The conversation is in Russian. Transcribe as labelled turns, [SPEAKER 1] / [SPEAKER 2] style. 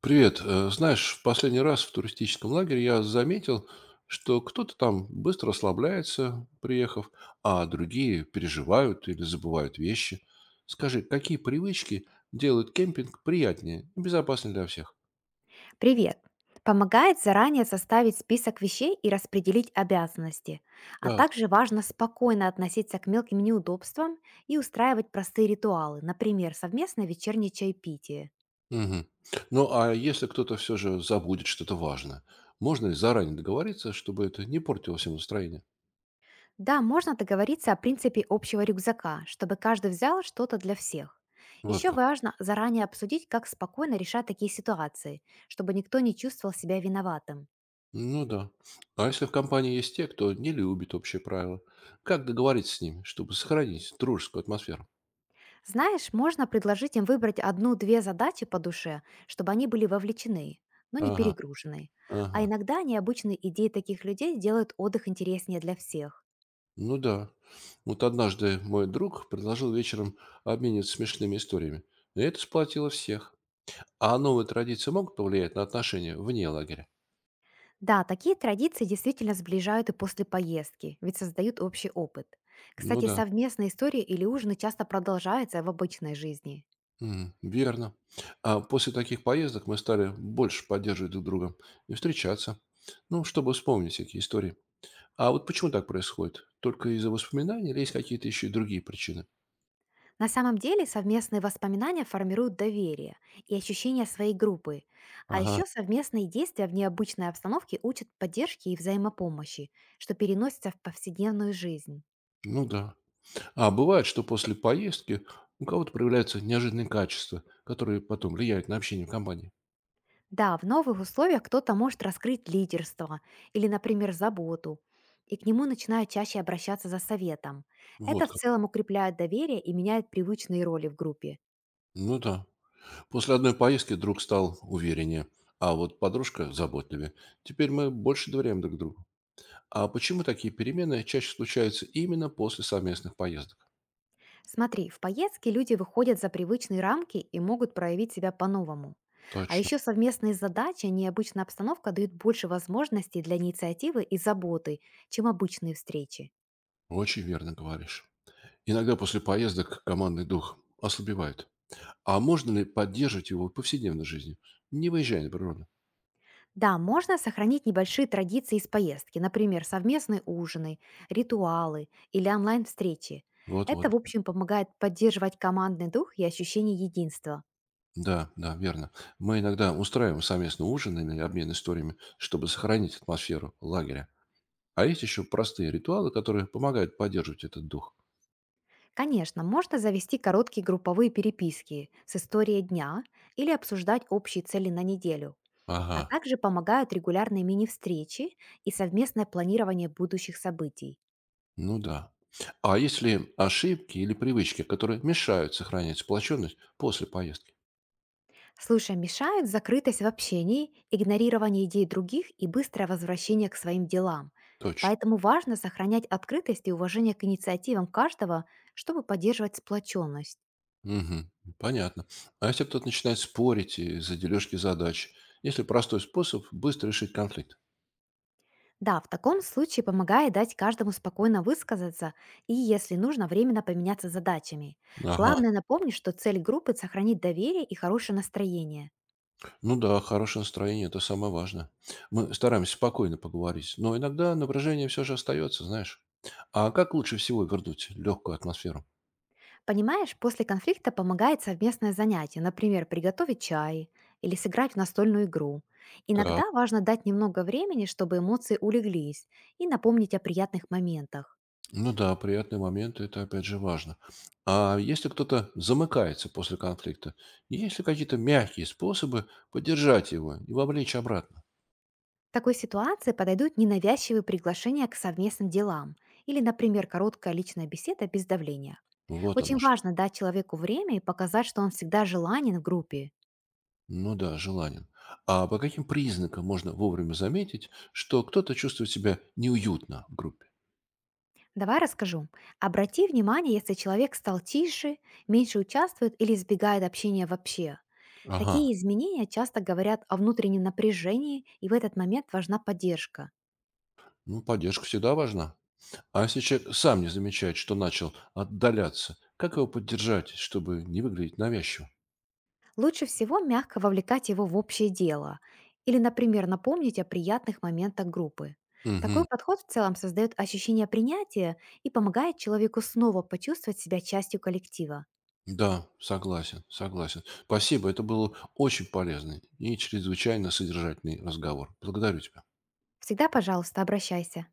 [SPEAKER 1] Привет. Знаешь, в последний раз в туристическом лагере я заметил, что кто-то там быстро расслабляется, приехав, а другие переживают или забывают вещи. Скажи, какие привычки делают кемпинг приятнее и безопаснее для всех?
[SPEAKER 2] Привет! Помогает заранее составить список вещей и распределить обязанности. А
[SPEAKER 1] Так.
[SPEAKER 2] также важно спокойно относиться к мелким неудобствам и устраивать простые ритуалы, например, совместное вечернее чаепитие.
[SPEAKER 1] Мгм. Ну, а если кто-то все же забудет что-то важное, можно ли заранее договориться, чтобы это не портило всем настроение?
[SPEAKER 2] Да, можно договориться о принципе общего рюкзака, чтобы каждый взял что-то для всех.
[SPEAKER 1] Вот
[SPEAKER 2] Еще
[SPEAKER 1] как.
[SPEAKER 2] важно заранее обсудить, как спокойно решать такие ситуации, чтобы никто не чувствовал себя виноватым.
[SPEAKER 1] Ну да. А если в компании есть те, кто не любит общие правила, как договориться с ними, чтобы сохранить дружескую атмосферу?
[SPEAKER 2] Знаешь, можно предложить им выбрать одну-две задачи по душе, чтобы они были вовлечены, но не
[SPEAKER 1] Ага,
[SPEAKER 2] перегружены.
[SPEAKER 1] ага.
[SPEAKER 2] А иногда необычные идеи таких людей делают отдых интереснее для всех.
[SPEAKER 1] Ну да. Вот однажды мой друг предложил вечером обмениваться смешными историями. И это сплотило всех. А новые традиции могут повлиять на отношения вне лагеря?
[SPEAKER 2] Да, такие традиции действительно сближают и после поездки, ведь создают общий опыт.
[SPEAKER 1] Ну
[SPEAKER 2] Кстати,
[SPEAKER 1] да.
[SPEAKER 2] совместные истории или ужины часто продолжаются в обычной жизни.
[SPEAKER 1] М, верно. А после таких поездок мы стали больше поддерживать друг друга и встречаться. Ну, чтобы вспомнить всякие истории. А вот почему так происходит? Только из-за воспоминаний или есть какие-то еще и другие причины?
[SPEAKER 2] На самом деле совместные воспоминания формируют доверие и ощущение своей группы, а
[SPEAKER 1] Ага,
[SPEAKER 2] еще совместные действия в необычной обстановке учат поддержке и взаимопомощи, что переносится в повседневную жизнь.
[SPEAKER 1] ну да. А бывает, что после поездки у кого-то проявляются неожиданные качества, которые потом влияют на общение в компании.
[SPEAKER 2] Да, в новых условиях кто-то может раскрыть лидерство или, например, заботу, и к нему начинают чаще обращаться за советом. Это
[SPEAKER 1] Вот
[SPEAKER 2] в
[SPEAKER 1] как.
[SPEAKER 2] целом укрепляет доверие и меняет привычные роли в группе.
[SPEAKER 1] Ну да. После одной поездки друг стал увереннее, а вот подружка заботливее. Теперь мы больше доверяем друг другу. А почему такие перемены чаще случаются именно после совместных поездок?
[SPEAKER 2] Смотри, в поездке люди выходят за привычные рамки и могут проявить себя по-новому. А
[SPEAKER 1] Точно.
[SPEAKER 2] еще совместные задачи, необычная обстановка дают больше возможностей для инициативы и заботы, чем обычные встречи.
[SPEAKER 1] Очень верно говоришь. Иногда после поездок командный дух ослабевает. А можно ли поддерживать его в повседневной жизни, не выезжая на природу?
[SPEAKER 2] Да, можно сохранить небольшие традиции из поездки, например, совместные ужины, ритуалы или онлайн-встречи. Это, в
[SPEAKER 1] Вот-вот.
[SPEAKER 2] общем, помогает поддерживать командный дух и ощущение единства.
[SPEAKER 1] Да, да, верно. Мы иногда устраиваем совместный ужин или обмен историями, чтобы сохранить атмосферу лагеря. А есть еще простые ритуалы, которые помогают поддерживать этот дух.
[SPEAKER 2] Конечно, можно завести короткие групповые переписки с историей дня или обсуждать общие цели на неделю.
[SPEAKER 1] Ага,
[SPEAKER 2] А также помогают регулярные мини-встречи и совместное планирование будущих событий.
[SPEAKER 1] ну да. А если ошибки или привычки, которые мешают сохранять сплоченность после поездки?
[SPEAKER 2] Слушай, мешают закрытость в общении, игнорирование идей других и быстрое возвращение к своим делам.
[SPEAKER 1] Точно.
[SPEAKER 2] Поэтому важно сохранять открытость и уважение к инициативам каждого, чтобы поддерживать сплоченность.
[SPEAKER 1] Мгм. Понятно. А если кто-то начинает спорить из-за дележки задач? Если простой способ быстро решить конфликт?
[SPEAKER 2] Да, в таком случае помогает дать каждому спокойно высказаться и, если нужно, временно поменяться задачами.
[SPEAKER 1] Ага.
[SPEAKER 2] Главное напомнить, что цель группы– сохранить доверие и хорошее настроение.
[SPEAKER 1] Ну да, хорошее настроение— это самое важное. Мы стараемся спокойно поговорить, но иногда напряжение все же остается, знаешь. А как лучше всего вернуть легкую атмосферу?
[SPEAKER 2] Понимаешь, после конфликта помогает совместное занятие, например, приготовить чай или сыграть в настольную игру.
[SPEAKER 1] Так.
[SPEAKER 2] Иногда важно дать немного времени, чтобы эмоции улеглись, и напомнить о приятных моментах.
[SPEAKER 1] Ну да, приятные моменты— это опять же важно. А если кто-то замыкается после конфликта, есть ли какие-то мягкие способы поддержать его и вовлечь обратно?
[SPEAKER 2] В такой ситуации подойдут ненавязчивые приглашения к совместным делам или, например, короткая личная беседа без давления.
[SPEAKER 1] Вот
[SPEAKER 2] Очень
[SPEAKER 1] оно что.
[SPEAKER 2] важно дать человеку время и показать, что он всегда желанен в группе.
[SPEAKER 1] Ну да, желанием. А по каким признакам можно вовремя заметить, что кто-то чувствует себя неуютно в группе?
[SPEAKER 2] Давай расскажу. Обрати внимание, если человек стал тише, меньше участвует или избегает общения вообще.
[SPEAKER 1] Ага,
[SPEAKER 2] Такие изменения часто говорят о внутреннем напряжении, и в этот момент важна поддержка.
[SPEAKER 1] ну поддержка всегда важна. А если человек сам не замечает, что начал отдаляться, как его поддержать, чтобы не выглядеть навязчиво?
[SPEAKER 2] Лучше всего мягко вовлекать его в общее дело или, например, напомнить о приятных моментах группы. Такой
[SPEAKER 1] Мгм.
[SPEAKER 2] подход в целом создает ощущение принятия и помогает человеку снова почувствовать себя частью коллектива.
[SPEAKER 1] Да, согласен, согласен. Спасибо, это был очень полезный и чрезвычайно содержательный разговор. Благодарю тебя.
[SPEAKER 2] Всегда, пожалуйста, обращайся.